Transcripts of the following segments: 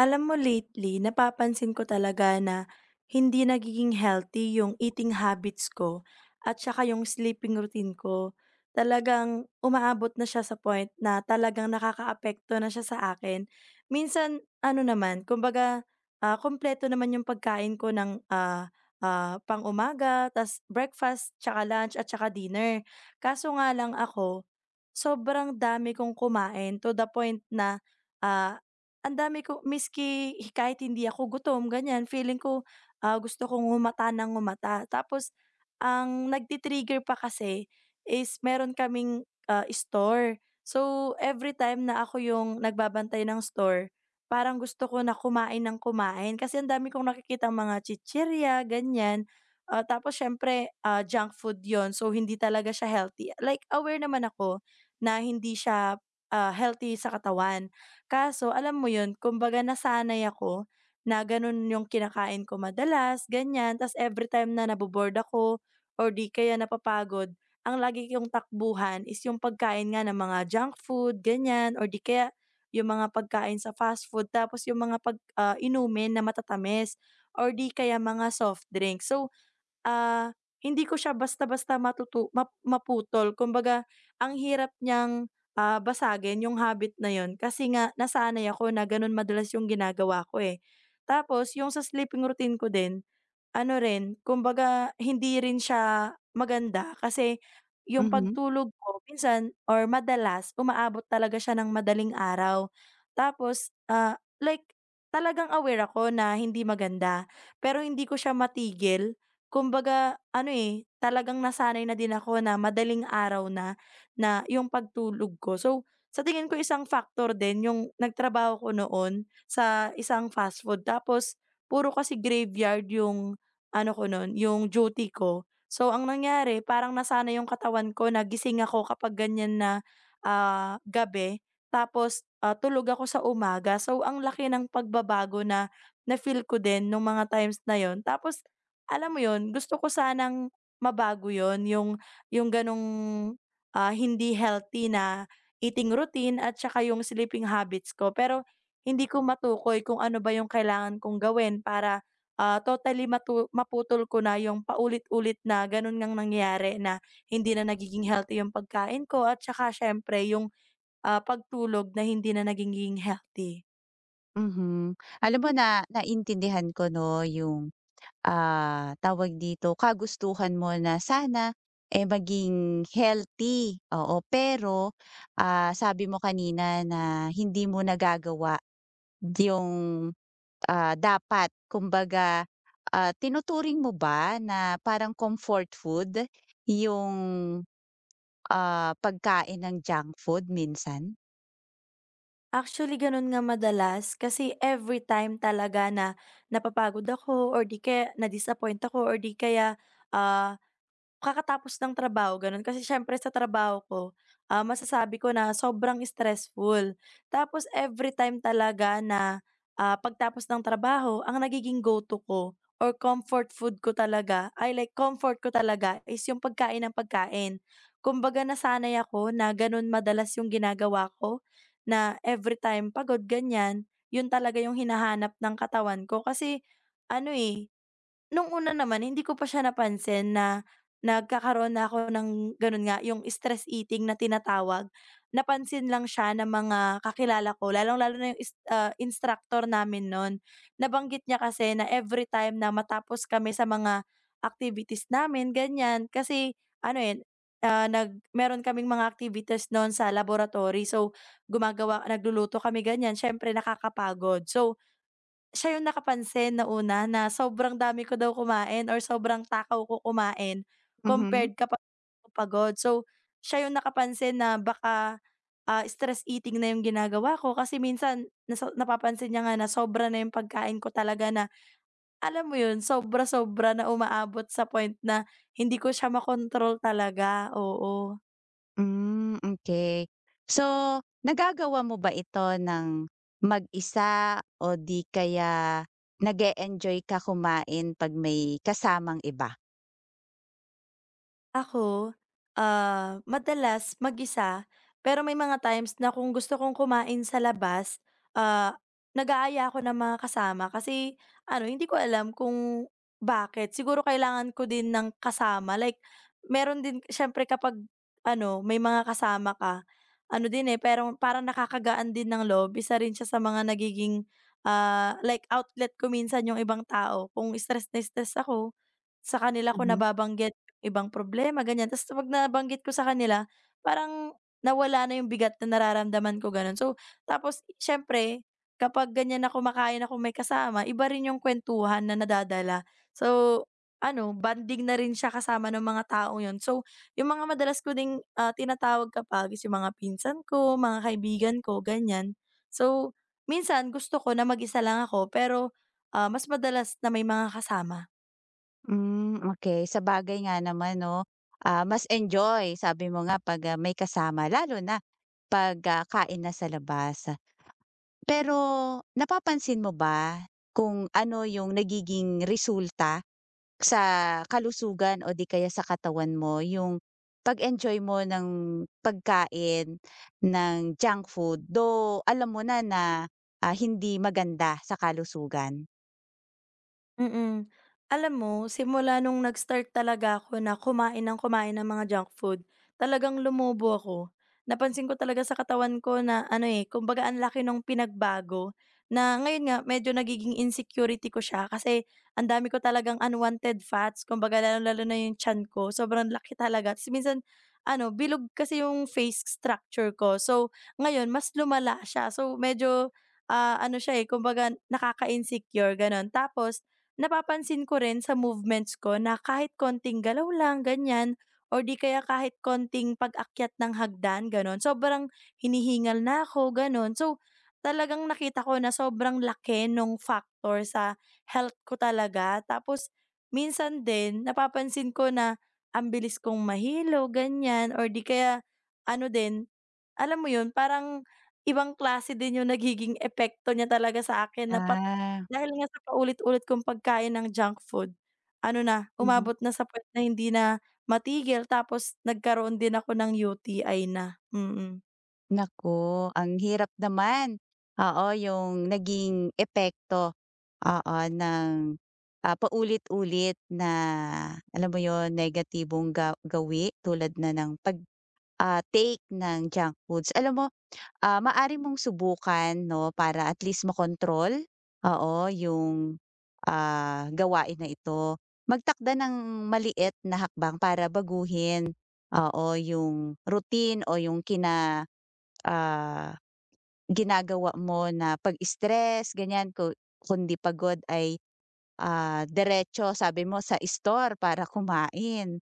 Alam mo lately, napapansin ko talaga na hindi nagiging healthy yung eating habits ko at saka yung sleeping routine ko. Talagang umaabot na siya sa point na talagang nakakaapekto na siya sa akin. Minsan, ano naman, kumbaga, kumpleto naman yung pagkain ko ng pang umaga, tas breakfast, tsaka lunch, at tsaka dinner. Kaso nga lang ako, sobrang dami kong kumain to the point na ah, ang dami ko miski kahit hindi ako gutom ganyan feeling ko, gusto kong humata ng humata. Tapos ang nagti-trigger pa kasi is meron kaming store. So every time na ako yung nagbabantay ng store, parang gusto ko na kumain ng kumain kasi ang dami kong nakikitang mga chichirya ganyan. Tapos siyempre, junk food yon so hindi talaga siya healthy. Like aware naman ako na hindi siya healthy sa katawan. Kaso alam mo yun, kumbaga nasanay ako na ganun yung kinakain ko madalas, ganyan. Tapos everytime na nabo ako or di kaya napapagod, ang lagi kong takbuhan is yung pagkain nga ng mga junk food, ganyan, or di kaya yung mga pagkain sa fast food, tapos yung mga pag inumin na matatamis, or di kaya mga soft drinks. So Ah, hindi ko siya basta-basta matutu map maputol, kumbaga ang hirap niyang basagin yung habit na yun kasi nga nasanay ako na ganun madalas yung ginagawa ko, eh. Tapos yung sa sleeping routine ko din ano rin, kumbaga hindi rin siya maganda kasi yung Mhm, pagtulog ko minsan or madalas umaabot talaga siya ng madaling araw. Tapos, like talagang aware ako na hindi maganda, pero hindi ko siya matigil. Kumbaga ano, eh, talagang nasanay na din ako na madaling araw na yung pagtulog ko. So sa tingin ko isang factor din yung nagtrabaho ko noon sa isang fast food tapos puro kasi graveyard yung ano ko nun, yung duty ko. So ang nangyari parang nasana yung katawan ko na gising ako kapag ganyan na gabi tapos tulog ako sa umaga. So ang laki ng pagbabago na na-feel ko din nung mga times na yon. Tapos alam mo yon gusto ko sanang mabago yun, yung ganong hindi healthy na eating routine at saka yung sleeping habits ko. Pero hindi ko matukoy kung ano ba yung kailangan kong gawin para totally maputol ko na yung paulit-ulit na ganun ngang nangyayari na hindi na nagiging healthy yung pagkain ko at saka siyempre yung pagtulog na hindi na nagiging healthy. mhm. Alam mo, na naintindihan ko 'no yung, tawag dito, kagustuhan mo na sana, eh, maging healthy, oo. Pero, sabi mo kanina na hindi mo nagagawa yung, dapat. Kumbaga, tinuturing mo ba na parang comfort food yung, pagkain ng junk food minsan? Actually, ganun nga madalas kasi every time talaga na napapagod ako or 'di kaya na-disappoint ako or 'di kaya ah, kakatapos ng trabaho gano'n. Kasi siyempre sa trabaho ko masasabi ko na sobrang stressful. Tapos every time talaga na pagtapos ng trabaho ang nagiging go-to ko or comfort food ko talaga ay like comfort ko talaga is yung pagkain ng pagkain. Kumbaga nasanay ako na gano'n madalas yung ginagawa ko na every time pagod ganyan, yun talaga yung hinahanap ng katawan ko kasi ano, eh, nung una naman hindi ko pa siya napansin na nagkakaroon na ako ng gano'n nga, yung stress eating na tinatawag. Napansin lang siya ng mga kakilala ko lalong-lalo na yung is instructor namin noon. Nabanggit niya kasi na every time na matapos kami sa mga activities namin ganyan, kasi ano, yun ah, nag meron kaming mga activities noon sa laboratory. So nagluluto kami ganyan siyempre nakakapagod. So siya yung nakapansin na una na sobrang dami ko daw kumain or sobrang takaw ko kumain Mhm. compared kapag ako pagod. So siya yung nakapansin na baka stress eating na yung ginagawa ko kasi minsan napapansin niya nga na sobra na yung pagkain ko talaga na alam mo yun, sobra-sobra na umaabot sa point na hindi ko siya makontrol talaga, oo. Hmm, okay. So, nagagawa mo ba ito ng mag-isa o di kaya nag enjoy ka kumain 'pag may kasamang iba? Ako, madalas mag-isa, pero may mga times na kung gusto kong kumain sa labas, ah, nag-aaya ako ng mga kasama kasi ano, hindi ko alam kung bakit. Siguro kailangan ko din ng kasama. Like, meron din siyempre kapag ano, may mga kasama ka, ano din eh, pero parang nakakagaan din ng loob. Isa rin siya sa mga nagiging like outlet ko minsan yung ibang tao. Kung stress na stress ako, sa kanila ko Mhm. nababanggit ibang problema ganyan tapos 'pag nabanggit ko sa kanila parang nawala na yung bigat na nararamdaman ko gano'n. So tapos siyempre kapag ganyan na kumakain ako may kasama iba rin yung kwentuhan na nadadala. So ano bonding na rin siya kasama ng mga taong yon. So yung mga madalas ko ding tinatawag kapag is yung mga pinsan ko, mga kaibigan ko ganyan. So minsan gusto ko na mag-isa lang ako pero mas madalas na may mga kasama. Mm, okay. Sa bagay nga naman 'no, mas enjoy sabi mo nga 'pag, may kasama lalo na 'pag, kain na sa labas. Pero napapansin mo ba kung ano yung nagiging resulta? Sa kalusugan o di kaya sa katawan mo yung pag-enjoy mo ng pagkain ng junk food, though alam mo na na, hindi maganda sa kalusugan? Mm. Alam mo, simula nung nag-start talaga ako na kumain ng mga junk food, talagang lumobo ako. Napansin ko talaga sa katawan ko na ano eh, kumbaga ang laki nung pinagbago na ngayon nga medyo nagiging insecurity ko siya kasi ang dami ko talagang unwanted fats, kumbaga lalo-lalo na yung chan ko, sobrang laki talaga. Tapos minsan, ano, bilog kasi yung face structure ko. So ngayon, mas lumala siya. So medyo ano siya eh, kumbaga nakaka-insecure, ganon. Tapos, napapansin ko rin sa movements ko na kahit konting galaw lang, ganyan, or di kaya kahit konting pag-akyat ng hagdan, gano'n, sobrang hinihingal na ako, gano'n. So talagang nakita ko na sobrang laki nung factor sa health ko talaga. Tapos, minsan din, napapansin ko na ang bilis kong mahilo, ganyan, or di kaya ano din, alam mo 'yun, parang ibang klase din 'yung nagiging epekto niya talaga sa akin na Ah, dahil nga sa paulit-ulit kong pagkain ng junk food, ano na, mhm. umabot na sa point na hindi na matigil tapos nagkaroon din ako ng UTI na, mm. Naku, ang hirap naman. Oo, yung naging epekto, oo, ng, paulit-ulit na alam mo yon negatibong ga gawi tulad na ng pag, take ng junk foods. Alam mo, ah, maaari mong subukan 'no, para at least makontrol, oo, yung, gawain na ito. Magtakda ng maliit na hakbang para baguhin, oo, yung routine o yung kina ah, ginagawa mo na pag-stress ganyan ku kundi pagod ay diretso sabi mo sa store para kumain.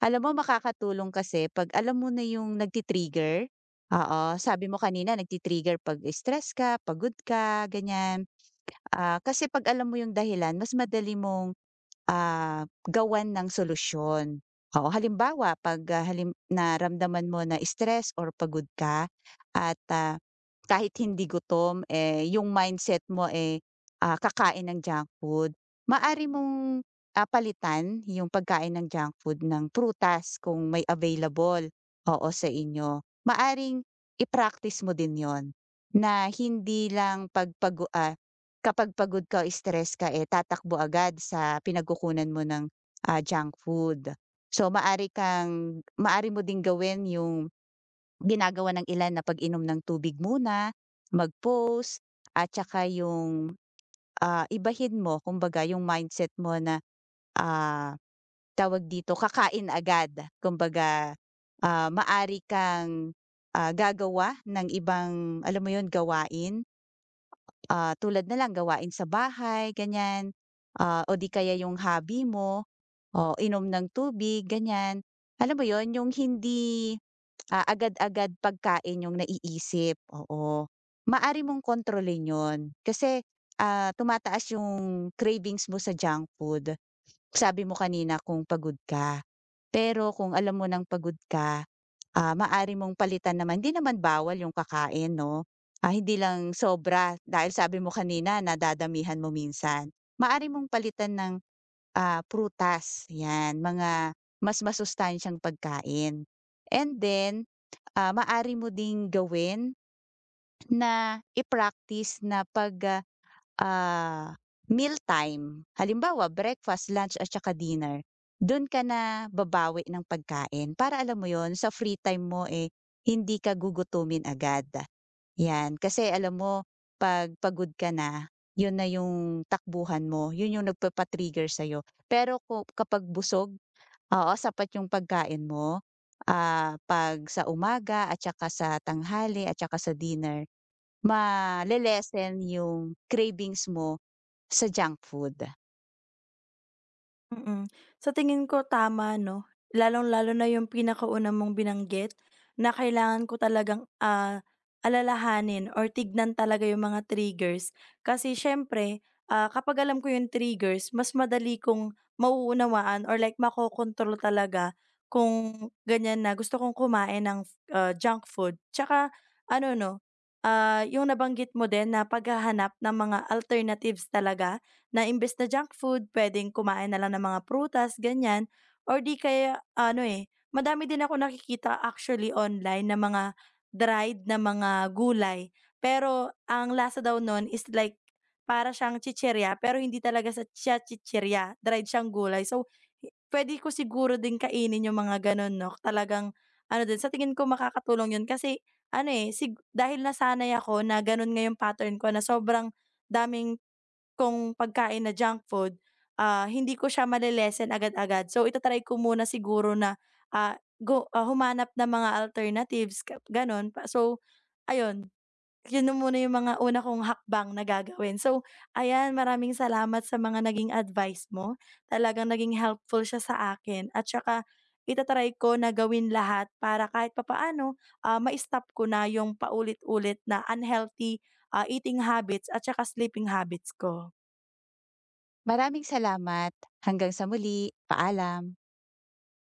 Alam mo makakatulong kasi 'pag alam mo na yung nagti-trigger, oo, sabi mo kanina nagti-trigger 'pag stress ka, pagod ka, ganyan. Ah, kasi 'pag alam mo yung dahilan mas madali mong, ah, gawan ng solusyon. Oo, halimbawa 'pag, halim naramdaman mo na stress or pagod ka at, kahit hindi gutom, eh, yung mindset mo, eh, kakain ng junk food, maari mong, palitan yung pagkain ng junk food ng prutas kung may available, oo, sa inyo. Maaring i-practice mo din yon na hindi lang 'pag ah, kapag pagod ka o stress ka, eh, tatakbo agad sa pinagkukunan mo ng, junk food. So maari kang maari mo ding gawin yung ginagawa ng ilan na pag-inom ng tubig muna, mag-pause at saka yung, ibahin mo kumbaga yung mindset mo na, ah, tawag dito, kakain agad. Kumbaga, maari kang, gagawa ng ibang alam mo yun, gawain. Ah, tulad na lang gawain sa bahay ganyan, o di kaya yung hobby mo, o inom ng tubig ganyan. Alam mo yon yung hindi, agad-agad pagkain yung naiisip, oo. Maari mong kontrolin yon kasi, tumataas yung cravings mo sa junk food. Sabi mo kanina kung pagod ka, pero kung alam mo ng pagod ka, ah, maaari mong palitan naman hindi naman bawal yung kakain 'no, hindi lang sobra dahil sabi mo kanina nadadamihan mo minsan. Maari mong palitan ng, prutas 'yan, mga mas masustansyang pagkain. And then, maaari mo ding gawin na i-practice na 'pag, ah, mealtime, halimbawa breakfast, lunch at saka dinner, dun ka na babawi ng pagkain para alam mo yon sa free time mo, eh, hindi ka gugutumin agad, 'yan. Kasi alam mo 'pag pagod ka na, yun na yung takbuhan mo, yun yung nagpapa-trigger sa'yo. Pero ku kapag busog, oo, sapat yung pagkain mo, 'pag sa umaga at saka sa tanghali at saka sa dinner, male-lessen yung cravings mo sa junk food. Mm. Sa tingin ko tama 'no, lalong-lalo na yung pinakauna mong binanggit na kailangan ko talagang alalahanin or tignan talaga yung mga triggers. Kasi siyempre kapag alam ko yung triggers mas madali kong mauunawaan or like makokontrol talaga kung ganyan na gusto kong kumain ng junk food. Tsaka ano 'no, yung nabanggit mo din na paghahanap ng mga alternatives talaga na imbes na junk food puwedeng kumain na lang ng mga prutas, ganyan or di kaya ano, eh, madami din ako nakikita actually online na mga dried na mga gulay. Pero ang lasa daw nun is like para siyang chichirya pero hindi talaga sa siya chichirya, dried siyang gulay. So pwede ko siguro din kainin yung mga gano'n 'no, talagang ano din, sa tingin ko makakatulong yun kasi ano, eh, dahil nasanay ako na gano'n nga yung pattern ko na sobrang daming kong pagkain na junk food, hindi ko siya agad-agad. So ita-try ko muna siguro na humanap ng mga alternatives ka gano'n pa. So ayun, yun na muna yung mga una kong hakbang na gagawin. So ayan maraming salamat sa mga naging advice mo. Talagang naging helpful siya sa akin at saka ita ko na gawin lahat para kahit papaano ma-stop ko na yung paulit-ulit na unhealthy eating habits at saka sleeping habits ko. Maraming salamat. Hanggang sa muli, paalam.